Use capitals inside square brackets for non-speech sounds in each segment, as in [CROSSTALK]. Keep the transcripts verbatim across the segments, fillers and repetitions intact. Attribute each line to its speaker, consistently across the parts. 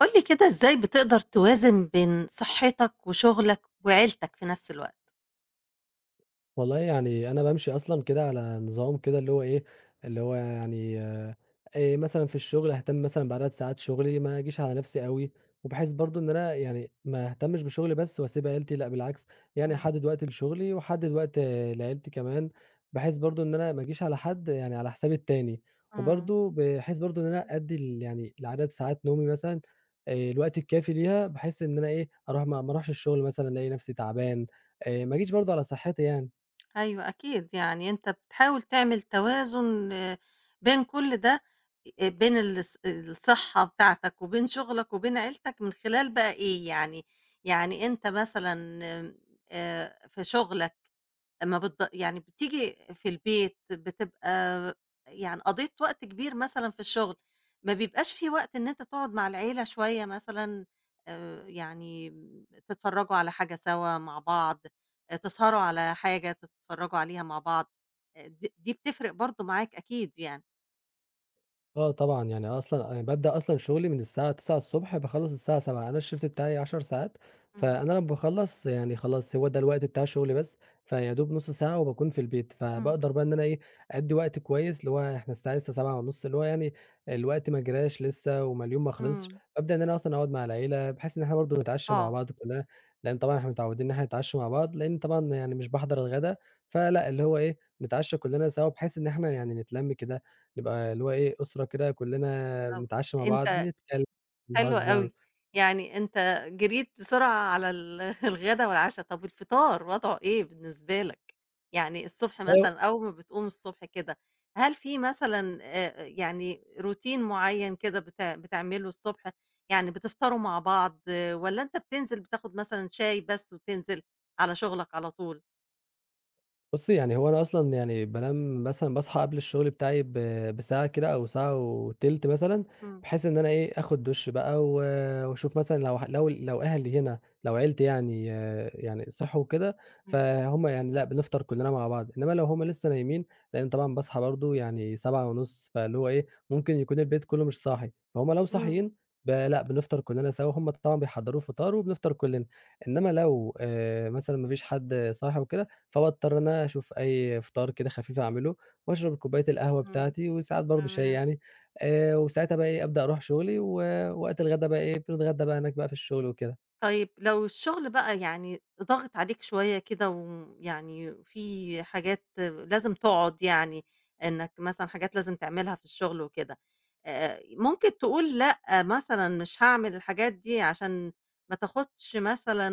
Speaker 1: قُل لي كده إزاي بتقدر توازن بين صحتك وشغلك وعيلتك في نفس الوقت؟
Speaker 2: والله يعني أنا بامشي أصلًا كده على نظام كده اللي هو إيه، اللي هو يعني آآ مثلًا في الشغل أهتم مثلًا بعدد ساعات شغلي، ما أجيش على نفسي أوي، وبحيث برضه إن أنا يعني ما أهتمش بشغلي بس وأسيب عيلتي، لأ بالعكس، يعني
Speaker 1: إمم.
Speaker 2: أحدد وقت لشغلي وأحدد وقت آه، لعيلتي كمان، بحيث برضه إن أنا ما أجيش على حد يعني على حساب التاني،
Speaker 1: إمم.
Speaker 2: وبرضه بحيث برضه إن أنا أدّي ال يعني لعدد ساعات نومي مثلًا آآ الوقت الكافي ليها، بحيث إن أنا إيه، أروح ما ما أروحش الشغل مثلًا ألاقي نفسي تعبان، آآ ما أجيش برضه على صحتي يعني.
Speaker 1: أيوه أكيد. يعني أنت بتحاول تعمل توازن آه، بين كل ده، آآ بين الص الصحّة بتاعتك وبين شغلك وبين عيلتك من خلال بقى إيه؟ يعني يعني أنت مثلًا، آمم، آآ في شغلك، ما بتض يعني بتيجي في البيت بتبقى يعني قضيت وقت كبير مثلًا في الشغل، ما بيبقاش في وقت إن أنت تقعد مع العيلة شوية مثلًا، آآ، يعني تتفرّجوا على حاجة سوا مع بعض، آآ، تسهروا على حاجة تتفرّجوا عليها مع بعض، آآ، د دي بتفرق برضه معاك أكيد يعني.
Speaker 2: آه طبعًا، يعني
Speaker 1: إمم.
Speaker 2: أصلًا أنا بابدأ أصلًا شغلي من الساعة تسعة باخلّص الساعة سبعة أنا الshift بتاعي 10 ساعات،
Speaker 1: إمم.
Speaker 2: فأنا لمّا باخلّص يعني خلاص هو ده الوقت بتاع شغلي بس، فيا دوب نُص ساعة وباكون في البيت،
Speaker 1: إمم.
Speaker 2: فباقدر بقى إن أنا إيه، أدّي وقت كويس اللي هو إحنا الساعة لسه سبعة ونص اللي هو يعني الوقت ما جراش لسه وما اليوم ما خلصش،
Speaker 1: إمم.
Speaker 2: بابدأ إن أنا أصلًا أقعد مع العيلة بحيث إن إحنا برضه نتعشى مع
Speaker 1: آه.
Speaker 2: بعض كلنا، لإن طبعًا إحنا متعودين إن إحنا نتعشى مع بعض، لإن طبعًا يعني مش باحضر الغدا، فلأ اللي هو إيه، نتعشى كلنا سوا بحيث إن إحنا يعني نتلَم كده نبقى اللي هو إيه أسرة كده كلّنا
Speaker 1: طب
Speaker 2: بنتعشى مع بعض،
Speaker 1: أنت
Speaker 2: نتكلم،
Speaker 1: حلو
Speaker 2: نهزر،
Speaker 1: أوي، يعني أنت جريت بسرعة على ال [LAUGHS] الغدا والعشا، طب الفطار وضعه إيه بالنسبة لك؟ يعني الصبح
Speaker 2: أيوه
Speaker 1: مثلًا أول ما بتقوم الصبح كده، هل في مثلًا آآ، يعني روتين معين كده بت بتعمله الصبح، يعني بتفطروا مع بعض والّا أنت بتنزل بتاخد مثلًا شاي بس وتنزل على شغلك على طول؟
Speaker 2: بُصّي، يعني هو أنا أصلًا يعني بانام مثلًا باصحى قبل الشغل بتاعي ب بساعة كده أو ساعة وتِلت مثلًا،
Speaker 1: إمم،
Speaker 2: بحيث إن أنا إيه، آخُد دُش بقى و وأشوف مثلًا لو ح لو لو أهلي هنا، لو عيلتي يعني يعني صحوا وكده،
Speaker 1: إمم،
Speaker 2: فهُم يعني لأ، بنفطر كُلّنا مع بعض، إنّما لو هُم لسه نايمين لإن طبعًا باصحى برضه يعني سبعة ونص فاللي هو إيه، ممكن يكون البيت كُلّه مش صاحي، فهُم لو
Speaker 1: إمم،
Speaker 2: صاحيين ب لأ، بنفطر كُلّنا سوا وهُم طبعًا بيحضّروا الفطار وبنفطر كُلّنا، إنّما لو آآ مثلًا ما فيش حد صاحي وكده، فباضطر إن أنا أشوف أي فطار كده خفيف أعمله وأشرب كوباية القهوة
Speaker 1: إمم،
Speaker 2: بتاعتي وساعات برضه شاي
Speaker 1: تمام.
Speaker 2: يعني آآ وساعتها بقى إيه، أبدأ أروح شغلي و وقت الغدا بقى إيه، بنتغدى بقى هناك بقى في الشغل وكده.
Speaker 1: طيب لو الشغل بقى يعني ضاغط عليك شوية كده ويعني في حاجات لازم تقعد يعني إنك مثلًا حاجات لازم تعملها في الشغل وكده، آآ ممكن تقول لأ مثلًا مش هاعمل الحاجات دي عشان ما تاخدش مثلًا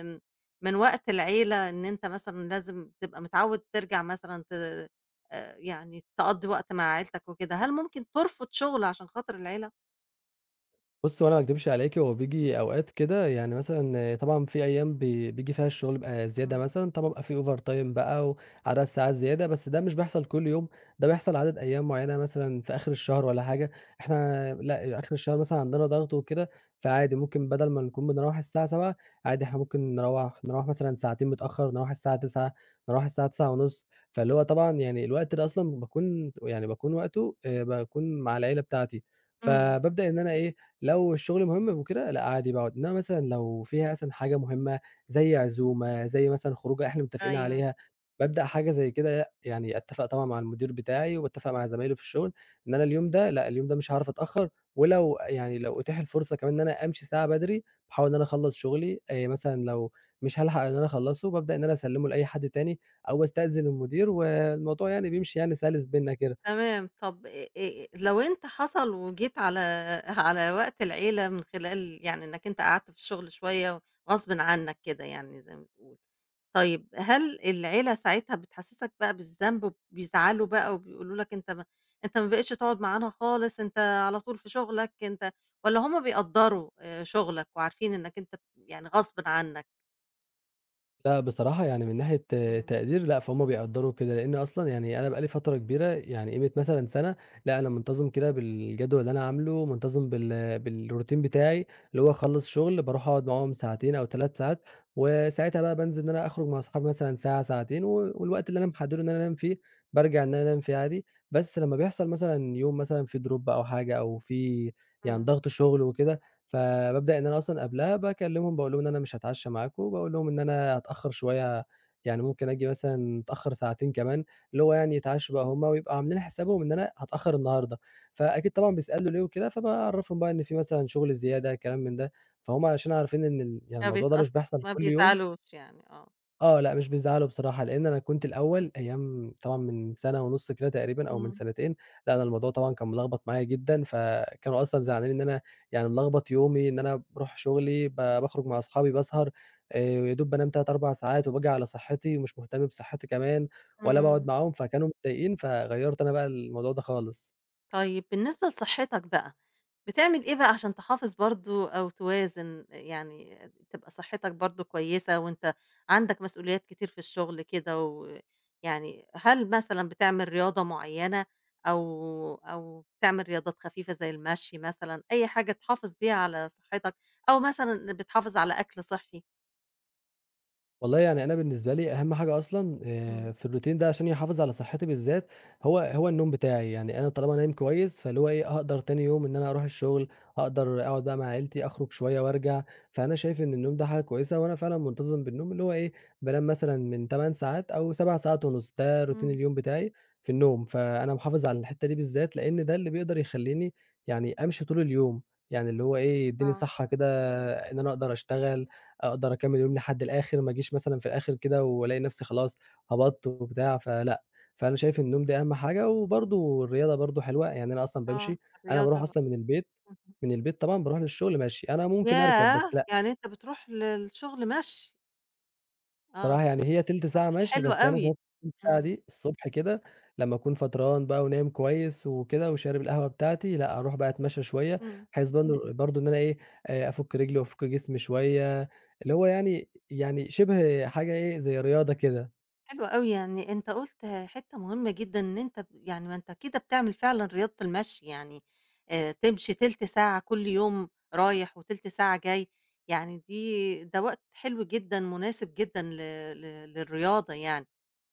Speaker 1: آمم من وقت العيلة، إن أنت مثلًا لازم تبقى متعوّد ترجع مثلًا ت آآ يعني تقضّي وقت مع عيلتك وكده، هل ممكن ترفض شغل عشان خاطر العيلة؟
Speaker 2: بُصّي، هو أنا ما أكدبش عليكِ، هو بييجي أوقات كده يعني مثلًا طبعًا في أيام بي بييجي فيها الشغل بيبقى زيادة
Speaker 1: إمم،
Speaker 2: مثلًا، طبعًا بيبقى في overtime بقى وعدد ساعات زيادة، بس ده مش بيحصل كل يوم، ده بيحصل عدد أيام معيّنة مثلًا في آخر الشهر والّا حاجة، إحنا لأ، آخر الشهر مثلًا عندنا ضغط وكده، فعادي ممكن بدل ما نكون بنروّح الساعة تسعتاشر عادي إحنا ممكن نروّح نروّح مثلًا ساعتين متأخّر، نروّح الساعة تسعة نروّح الساعة تسعة ونص فاللي هو طبعًا يعني الوقت ده أصلًا باكون يعني باكون وقته آآ باكون مع العيلة بتاعتي،
Speaker 1: إمم.
Speaker 2: فبابدأ إن أنا إيه، لو الشغل مهم وكده لأ عادي باقعد، إنما مثلًا لو فيها مثلًا حاجة مهمة زي عزومة، زي مثلًا خروجة إحنا متفقين
Speaker 1: أيوه.
Speaker 2: عليها، بابدأ حاجة زي كده لأ، يعني أتفق طبعًا مع المدير بتاعي وباتفق مع زمايلي في الشغل إن أنا اليوم ده لأ، اليوم ده مش هاعرف أتأخّر، ولو يعني لو أُتيح الفرصة كمان إن أنا أمشي ساعة بدري، باحاول إن أنا أخلّص شغلي آآ مثلًا لو مش هالحق إن أنا أخلّصه، بابدأ إن أنا أسلِّمه لأي حد تاني أو أستأذن المدير والموضوع يعني بيمشي يعني سَلِس بيننا كده.
Speaker 1: تمام، طب آآ آآ لو أنت حصل وجيت على [LAUGHS] على وقت العيلة من خلال يعني إنّك أنت قعدت في الشغل شوية غصبٍ عنّك كده يعني زي ما بتقول، طيب هل العيلة ساعتها بتحسّسك بقى بالذنب وبيزعلوا بقى وبيقولوا لك أنت ما أنت ما بقيتش تقعد معانا خالص، أنت على طول في شغلك أنت والّا هُم بيقدّروا آآ شغلك وعارفين إنّك أنت يعني غصبٍ عنّك؟
Speaker 2: لأ بصراحة يعني من ناحية آه،
Speaker 1: اهم.
Speaker 2: تقدير لأ، فهُم بيقدّروا كده، لإن أصلًا يعني أنا بقى لي فترة كبيرة يعني قيمة مثلًا سَنة، لأ أنا منتظم كده بالجدول اللي أنا عامله، منتظم بال بالroutine بتاعي، اللي هو أخلّص شغل باروح أقعد معاهم ساعتين أو 3 ساعات، وساعتها بقى بانزل إن أنا أخرج مع أصحابي مثلًا ساعة، ساعتين، و والوقت اللي أنا محدّده إن أنا أنام فيه، بارجع إن أنا أنام فيه عادي، بس لمّا بيحصل مثلًا يوم مثلًا فيه drop أو حاجة أو فيه يعني
Speaker 1: إمم،
Speaker 2: ضغط شغل وكده فبابدأ إن أنا أصلًا قبلها باكلمهم باقول لهم إن أنا مش هاتعشى معاكم، باقول لهم إن أنا هاتأخر شوية، يعني ممكن آجي مثلًا متأخر ساعتين كمان، اللي هو يعني يتعشوا بقى هُم ويبقوا عاملين حسابهم إن أنا هاتأخر النهارده، فأكيد طبعًا بيسألوا ليه وكده، فباعرّفهم بقى إن في مثلًا شغل زيادة كلام من ده، فهُم علشان عارفين إن ال يعني
Speaker 1: ما
Speaker 2: الموضوع ده
Speaker 1: بيتأث
Speaker 2: مش بيحصل
Speaker 1: ما
Speaker 2: كل يوم
Speaker 1: بيزعلوش يعني آه.
Speaker 2: آه، لأ مش بيزعّلوا بصراحة، لإن أنا كنت الأول أيام طبعًا من سَنة ونُص كده تقريبًا أو من
Speaker 1: إمم.
Speaker 2: سَنتين، لأ أنا الموضوع طبعًا كان ملخبط معايا جدًا، فكانوا أصلًا زعلانين إن أنا يعني ملخبط يومي، إن أنا باروح شغلي، ب باخرج مع أصحابي، باسهر، آآ، يا دوب بانام تلاتة، 4 ساعات وباجي على صحّتي ومش مهتم بصحّتي كمان ولا باقعد
Speaker 1: إمم،
Speaker 2: معاهم، فكانوا متضايقين، فغيّرت أنا بقى الموضوع ده خالص.
Speaker 1: طيب بالنسبة لصحّتك بقى بتعمل إيه بقى عشان تحافظ برضه أو توازن، يعني تبقى صحتك برضه كويسة وأنت عندك مسؤوليات كتير في الشغل كده ويعني هل مثلًا بتعمل رياضة معيّنة أو أو بتعمل رياضات خفيفة زي المشي مثلًا، أي حاجة تحافظ بيها على صحتك أو مثلًا بتحافظ على أكل صحّي؟
Speaker 2: والله يعني أنا بالنسبة لي أهم حاجة أصلًا
Speaker 1: إمم،
Speaker 2: آآ في الروتين ده عشان يحافظ على صحتي بالذات، هو هو النوم بتاعي، يعني أنا طالما نايم كويس فاللي هو إيه، هاقدر تاني يوم إن أنا أروح الشغل، هاقدر أقعد بقى مع عيلتي، أخرج شوية وأرجع، فأنا شايف إن النوم ده حاجة كويسة، وأنا فعلًا منتظم بالنوم اللي هو إيه، بانام مثلًا من 8 ساعات أو 7 ساعات ونُص، ده روتين
Speaker 1: إمم،
Speaker 2: اليوم بتاعي في النوم، فأنا محافظ على الحتة دي بالذات، لإن ده اللي بيقدر يخلّيني يعني أمشي طول اليوم، يعني اللي هو إيه، يدّيني
Speaker 1: آه،
Speaker 2: صحة كده إن أنا أقدر أشتغل أقدر أكمّل يوم لحد الآخر، ما أجيش مثلًا في الآخر كده وألاقي نفسي خلاص هبطت وبتاع، فلأ. فأنا شايف النوم ده أهم حاجة، وبرضه الرياضة برضه حلوة، يعني أنا أصلًا
Speaker 1: آه،
Speaker 2: بامشي، أنا
Speaker 1: الرياضة
Speaker 2: باروح
Speaker 1: بقى،
Speaker 2: أصلًا من البيت
Speaker 1: اهم،
Speaker 2: من البيت طبعًا باروح للشغل ماشي، أنا ممكن أركب
Speaker 1: ياه!
Speaker 2: بس لأ
Speaker 1: يعني أنت بتروح للشغل مشي، آه،
Speaker 2: بصراحة يعني هي تِلت
Speaker 1: طب
Speaker 2: ساعة ماشي،
Speaker 1: حلو
Speaker 2: بس
Speaker 1: أوي،
Speaker 2: أنا تِلت ساعة
Speaker 1: إمم،
Speaker 2: دي الصبح كده لمّا أكون فطران بقى ونايم كويس وكده وشارب القهوة بتاعتي، لأ أروح بقى أتمشى شوية،
Speaker 1: إمم.
Speaker 2: بحيث برضه برضه إن أنا إيه، آآ أفُك رجلي وأفُك جسمي شوية، اللي هو يعني يعني شِبه حاجة إيه، زي رياضة كده.
Speaker 1: حلو أوي، يعني أنت قُلت حتّة مهمة جدًا إن أنت ب يعني ما أنت كده بتعمل فعلًا رياضة المشي، يعني آآ تمشي تِلت ساعة كل يوم رايح وتِلت ساعة جاي، يعني دي ده وقت حلو جدًا، مناسب جدًا ل ل للرياضة يعني،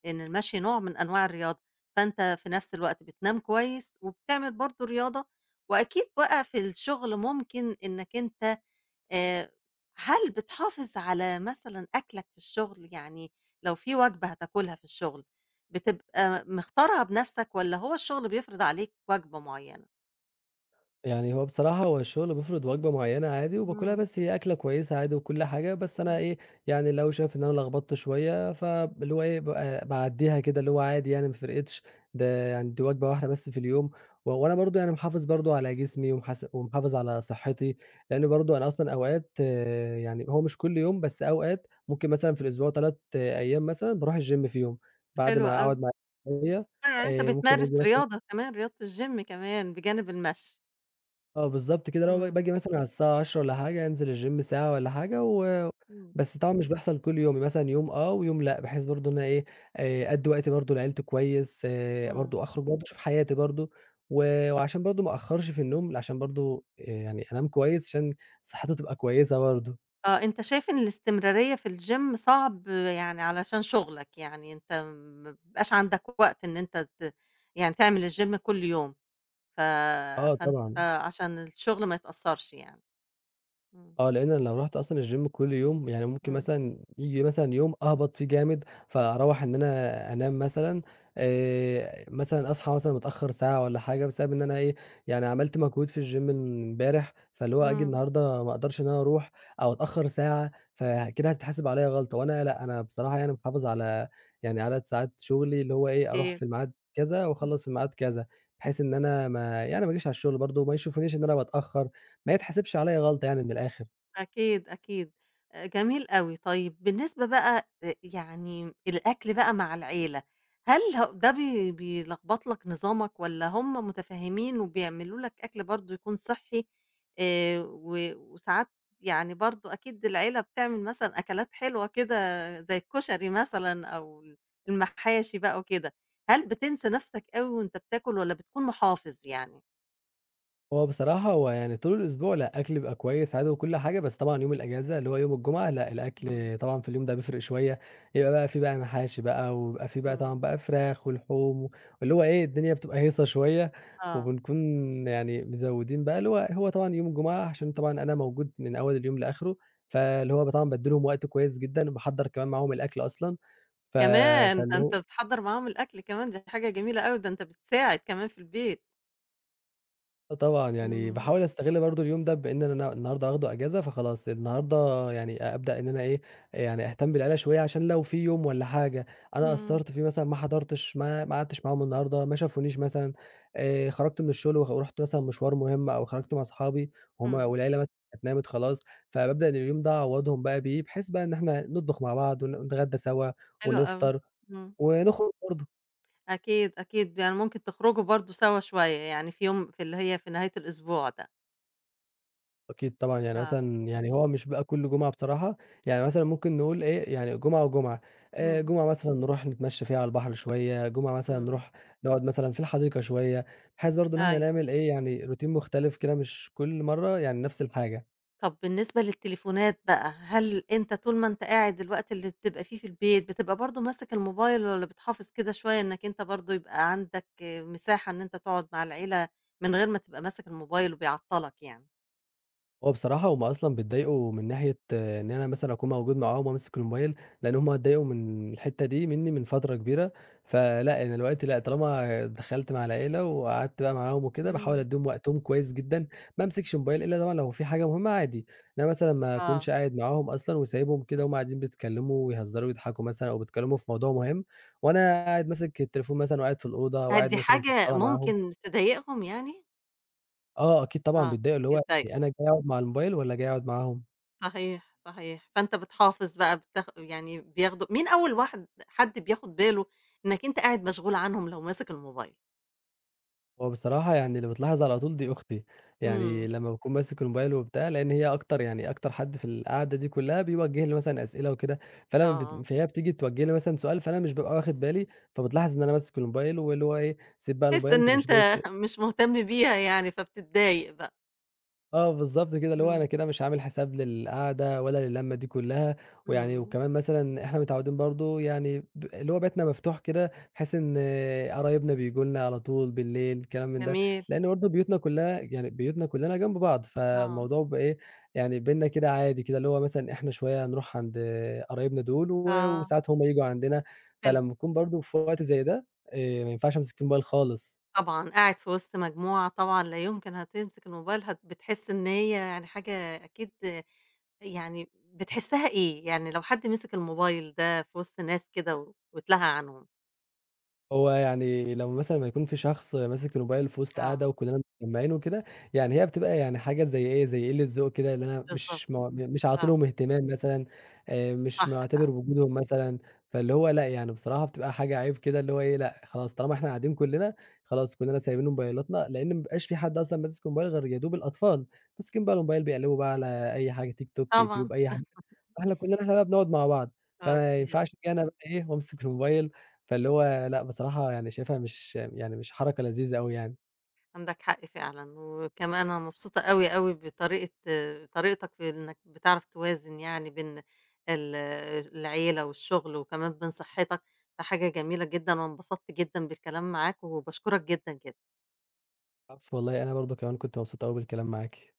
Speaker 1: لإن المشي نوع من أنواع الرياضة، فأنت في نفس الوقت بتنام كويس وبتعمل برضه رياضة، وأكيد بقى في الشغل ممكن إنّك أنت آآ، هل بتحافظ على مثلًا أكلك في الشغل؟ يعني لو في وجبة هتاكلها في الشغل، بتبقى مختارها بنفسك والّا هو الشغل بيفرض عليك وجبة معينة؟
Speaker 2: يعني هو بصراحة هو الشغل بيفرض وجبة معيّنة عادي وباكلها
Speaker 1: إمم،
Speaker 2: بس هي أكلة كويسة عادي وكل حاجة، بس أنا
Speaker 1: إمم،
Speaker 2: إيه، يعني لو شايف إن أنا لخبطت شوية فاللي هو إيه، بابقى باعدّيها كده اللي هو عادي يعني ما فرقتش، ده يعني دي وجبة واحدة بس في اليوم، و وأنا برضه يعني محافظ برضه على جسمي ومحاس ومحافظ على صحّتي، لإن برضه أنا أصلًا أوقات آه، يعني هو مش كل يوم بس أوقات ممكن مثلًا في الأسبوع 3 أيام مثلًا باروح الgym فيهم، بعد
Speaker 1: حلو
Speaker 2: ما
Speaker 1: أوي.
Speaker 2: أقعد مع شوية،
Speaker 1: آه، يعني أنت
Speaker 2: آه، ممكن
Speaker 1: بتمارس
Speaker 2: آجي مثلًا
Speaker 1: رياضة كمان، رياضة الgym كمان بجانب المشي.
Speaker 2: آه بالضبط كده، اللي هو ب
Speaker 1: إمم،
Speaker 2: باجي مثلًا على الساعة عشرة والّا حاجة، أنزل الgym ساعة والّا حاجة و
Speaker 1: إمم،
Speaker 2: بس طبعًا مش بيحصل كل يوم، مثلًا يوم آه ويوم لأ، بحيث برضه إن أنا إيه، آآ أدّي وقتي برضه لعيلتي كويس، آآ
Speaker 1: إمم.
Speaker 2: برضه أخرج برضه أشوف حياتي برضه، و وعشان برضه ما أأخّرش في النوم، عشان برضه آآ يعني أنام كويس عشان صحتي تبقى كويسة برضه.
Speaker 1: آه، أنت شايف إن الاستمرارية في الgym صعب يعني علشان شغلك، يعني أنت ما بيبقاش عندك وقت إن أنت ت يعني تعمل الgym كل يوم. ف
Speaker 2: آه
Speaker 1: فأنت
Speaker 2: طبعًا.
Speaker 1: عشان الشغل ما يتأثّرش يعني. إمم،
Speaker 2: آه، لإن أنا لو رُحت أصلًا الgym كل يوم، يعني ممكن
Speaker 1: إمم،
Speaker 2: مثلًا ييجي مثلًا يوم أهبط فيه جامد، فأروّح إن أنا أنام مثلًا، آآ، مثلًا أصحى مثلًا متأخّر ساعة والّا حاجة بسبب إن أنا إيه، يعني عملت مجهود في الgym امبارح، فاللي هو آجي
Speaker 1: إمم،
Speaker 2: النهارده ما أقدرش إن أنا أروح أو أتأخّر ساعة، فكده هتتحسب عليّا غلطة، وأنا لأ، أنا بصراحة يعني محافظ على يعني عدد ساعات شغلي اللي هو إيه، أروح
Speaker 1: أكيد.
Speaker 2: في الميعاد كذا وأخلّص في الميعاد كذا، بحيث إن أنا ما يعني ما أجيش على الشغل برضه، ما يشوفونيش إن أنا باتأخّر، ما يتحسبش عليّا غلطة يعني من الآخر.
Speaker 1: أكيد، أكيد. آآ جميل أوي. طيب بالنسبة بقى أ يعني الأكل بقى مع العيلة، هل ه ده بي بيلخبط لك نظامك والّا هم مُتفهّمين وبيعملوا لك أكل برضه يكون صحّي؟ آآ و وساعات يعني برضه أكيد العيلة بتعمل مثلًا أكلات حلوة كده زي الكشري مثلًا أو ال المحاشي بقى وكده، هل بتنسى نَفْسك أوي وأنت بتاكل والّا بتكون محافظ يعني؟
Speaker 2: هو بصراحة هو يعني طول الأسبوع لأ، أكلي بيبقى كويس عادي وكل حاجة، بس طبعًا يوم الأجازة اللي هو يوم الجمعة لأ،
Speaker 1: إمم،
Speaker 2: الأكل طبعًا في اليوم ده بيفرق شوية، يبقى بقى في بقى محاشي بقى، ويبقى في بقى طبعًا
Speaker 1: إمم،
Speaker 2: بقى فراخ ولحوم، واللي هو إيه الدنيا بتبقى هيصة شوية،
Speaker 1: آه.
Speaker 2: وبنكون يعني مزوّدين بقى اللي هو هو طبعًا يوم الجمعة عشان طبعًا أنا موجود من أول اليوم لآخره، فاللي هو طبعًا بادّي لهم وقت كويس جدًا، باحضّر كمان معاهم الأكل أصلًا، ف
Speaker 1: كمان! ده
Speaker 2: فاللي
Speaker 1: أنت
Speaker 2: هو
Speaker 1: بتحضّر معاهم الأكل كمان، دي حاجة جميلة أوي، ده أنت بتساعد كمان في البيت.
Speaker 2: آه طبعًا، يعني
Speaker 1: إمم،
Speaker 2: باحاول أستغل برضه اليوم ده بإن أنا النهارده هاخده أجازة، فخلاص النهارده يعني أبدأ إن أنا إيه، يعني أهتم بالعيلة شوية عشان لو في يوم والّا حاجة أنا
Speaker 1: إمم،
Speaker 2: قصّرت فيه مثلًا ما حضرتش، ما ما قعدتش معاهم النهارده، ما شافونيش مثلًا، آآ خرجت من الشغل وخ ورُحت مثلًا مشوار مهم أو خرجت مع أصحابي وهُم
Speaker 1: إمم،
Speaker 2: والعيلة مثلًا كانت نامت خلاص، فبابدأ إن اليوم ده أعوّضهم بقى بيه، بحيث بقى إن إحنا نطبخ مع بعض ون ونتغدى سوا
Speaker 1: حلو أوي،
Speaker 2: ونفطر
Speaker 1: إمم،
Speaker 2: ونخرج برضه.
Speaker 1: أكيد، أكيد، يعني ممكن تخرجوا برضه سوا شوية، يعني في يوم في اللي هي في نهاية الأسبوع ده.
Speaker 2: أكيد طبعًا، يعني
Speaker 1: آه،
Speaker 2: مثلًا يعني هو مش بقى كل جمعة بصراحة، يعني مثلًا ممكن نقول إيه، يعني جمعة وجمعة، آآ
Speaker 1: إمم،
Speaker 2: جمعة مثلًا نروح نتمشى فيها على البحر شوية، جمعة مثلًا
Speaker 1: إمم،
Speaker 2: نروح نقعد مثلًا في الحديقة شوية، بحيث برضه إن إحنا
Speaker 1: أيوه.
Speaker 2: نعمل إيه، يعني روتين مختلف كده مش كل مرّة يعني نفس الحاجة.
Speaker 1: طب بالنسبة للتليفونات بقى، هل أنت طول ما أنت قاعد الوقت اللي بتبقى فيه في البيت، بتبقى برضه ماسك الموبايل والّا بتحافظ كده شوية إنّك أنت برضه يبقى عندك آه، مساحة إن أنت تقعد مع العيلة من غير ما تبقى ماسك الموبايل وبيعطّلك يعني؟
Speaker 2: هو بصراحة هُم أصلًا بيتضايقوا من ناحية آه، إن أنا مثلًا أكون موجود معاهم وماسك الموبايل، لإن هُم اتضايقوا من الحتّة دي منّي من فترة كبيرة، فلأ أنا دلوقتي لأ طالما دخلت مع العيلة وقعدت بقى معاهم وكده، باحاول
Speaker 1: إمم،
Speaker 2: أدّيهم وقتهم كويس جدًا، ما امسكش موبايل إلا طبعًا لو في حاجة مهمة عادي، إنّما مثلًا ما
Speaker 1: آه،
Speaker 2: أكونش قاعد معاهم أصلًا وسايبهم كده وهُم قاعدين بيتكلّموا ويهزروا ويضحكوا مثلًا أو بيتكلّموا في موضوع مهم وأنا قاعد ماسك التليفون مثلًا وقاعد في الأوضة
Speaker 1: هل
Speaker 2: وقاعد
Speaker 1: دي
Speaker 2: مثلًا في
Speaker 1: حاجة
Speaker 2: الصالة معاهم،
Speaker 1: ممكن تضايقهم يعني؟
Speaker 2: آه أكيد طبعًا
Speaker 1: آه،
Speaker 2: بيتضايقوا اللي هو
Speaker 1: بتضايقه،
Speaker 2: يعني أنا جاي أقعد مع الموبايل والّا جاي أقعد معاهم؟
Speaker 1: صحيح، صحيح، فأنت بتحافظ بقى بتاخ يعني بياخدوا مين أول واحد حد بياخد باله إنك أنت قاعد مشغول عنهم لو ماسك الموبايل؟
Speaker 2: هو بصراحة يعني اللي بتلاحظ على طول دي أختي،
Speaker 1: إمم،
Speaker 2: يعني لمّا باكون ماسك الموبايل وبتاع، لإن هي أكتر يعني أكتر حد في القعدة دي كلّها بيوجّه لي مثلًا أسئلة وكده، فلمّا بت
Speaker 1: آه،
Speaker 2: فهي بتيجي توجّه لي مثلًا سؤال، فأنا مش بابقى واخد بالي، فبتلاحظ إن أنا ماسك الموبايل واللي هو إيه، سيب بقى
Speaker 1: تحس
Speaker 2: الموبايل
Speaker 1: إن
Speaker 2: أنت مش
Speaker 1: أنت
Speaker 2: جاي ت
Speaker 1: [LAUGHS] مش مهتم بيها يعني فبتتضايق بقى،
Speaker 2: آه، بالضبط كده، اللي هو
Speaker 1: إمم،
Speaker 2: أنا كده مش عامل حساب للقعدة ولا للمّة دي كلّها، ويعني
Speaker 1: إمم،
Speaker 2: وكمان مثلًا إحنا متعوّدين برضه يعني ب اللي هو بيتنا مفتوح كده، بحيث إن قرايبنا بييجوا لنا على طول بالليل كلام من ده،
Speaker 1: جميل،
Speaker 2: لإن برضه بيوتنا كلّها يعني بيوتنا كلّنا جنب بعض،
Speaker 1: آه،
Speaker 2: فالموضوع بقى إيه يعني بيننا كده عادي كده، اللي هو مثلًا إحنا شوية نروح عند قرايبنا دول و
Speaker 1: آه،
Speaker 2: وساعات هُم ييجوا عندنا،
Speaker 1: حلو،
Speaker 2: فلمّا أكون برضه في وقت زي ده آآ، ما ينفعش أمسك في الموبايل خالص.
Speaker 1: طبعًا قاعد في وسط مجموعة طبعًا لا يمكن هتمسك الموبايل هت بتحس إن هي يعني حاجة أكيد يعني بتحسّها إيه؟ يعني لو حد مسك الموبايل ده في وسط ناس كده و واتلهى عنهم.
Speaker 2: هو يعني لمّا مثلًا ما يكون في شخص ماسك الموبايل في وسط قعدة
Speaker 1: آه،
Speaker 2: وكلنا متجمعين وكده، يعني هي بتبقى يعني حاجة زي إيه، زي قلة ذوق كده اللي أنا
Speaker 1: بالضبط،
Speaker 2: مش ما مش عاطي
Speaker 1: آه.
Speaker 2: لهم اهتمام مثلًا، آآ مش
Speaker 1: صح فعلًا،
Speaker 2: معتبر وجودهم مثلًا، فاللي هو لأ، يعني بصراحة بتبقى حاجة عيب كده اللي هو إيه، لأ خلاص طالما إحنا قاعدين كلنا، خلاص كلنا سايبين موبايلاتنا، لإن ما بيبقاش في حد أصلًا ماسك موبايل غير يا دوب الأطفال، ماسكين بقى الموبايل بيقلبوا بقى على أي حاجة تيك توك،
Speaker 1: طبعًا.
Speaker 2: يوتيوب، أي ح إحنا كلّنا إحنا بقى بنقعد مع بعض،
Speaker 1: آه.
Speaker 2: فما
Speaker 1: يعني
Speaker 2: ينفعش أجي أنا بقى إيه وأمسك الموبايل، فاللي هو لأ بصراحة يعني شايفها مش يعني مش حركة لذيذة أوي يعني،
Speaker 1: عندك حق فعلًا، وكمان أنا مبسوطة أوي، أوي بطريقة آه، طريقتك في إنك بتعرف توازن يعني بين ال العيلة والشغل وكمان بين صحتك، فحاجة جميلة جدًا وانبسطت جدًا بالكلام معاك وباشكرك جدًا، جدًا.
Speaker 2: العفو والله أنا برضه كمان كنت مبسوط أوي بالكلام معاكِ.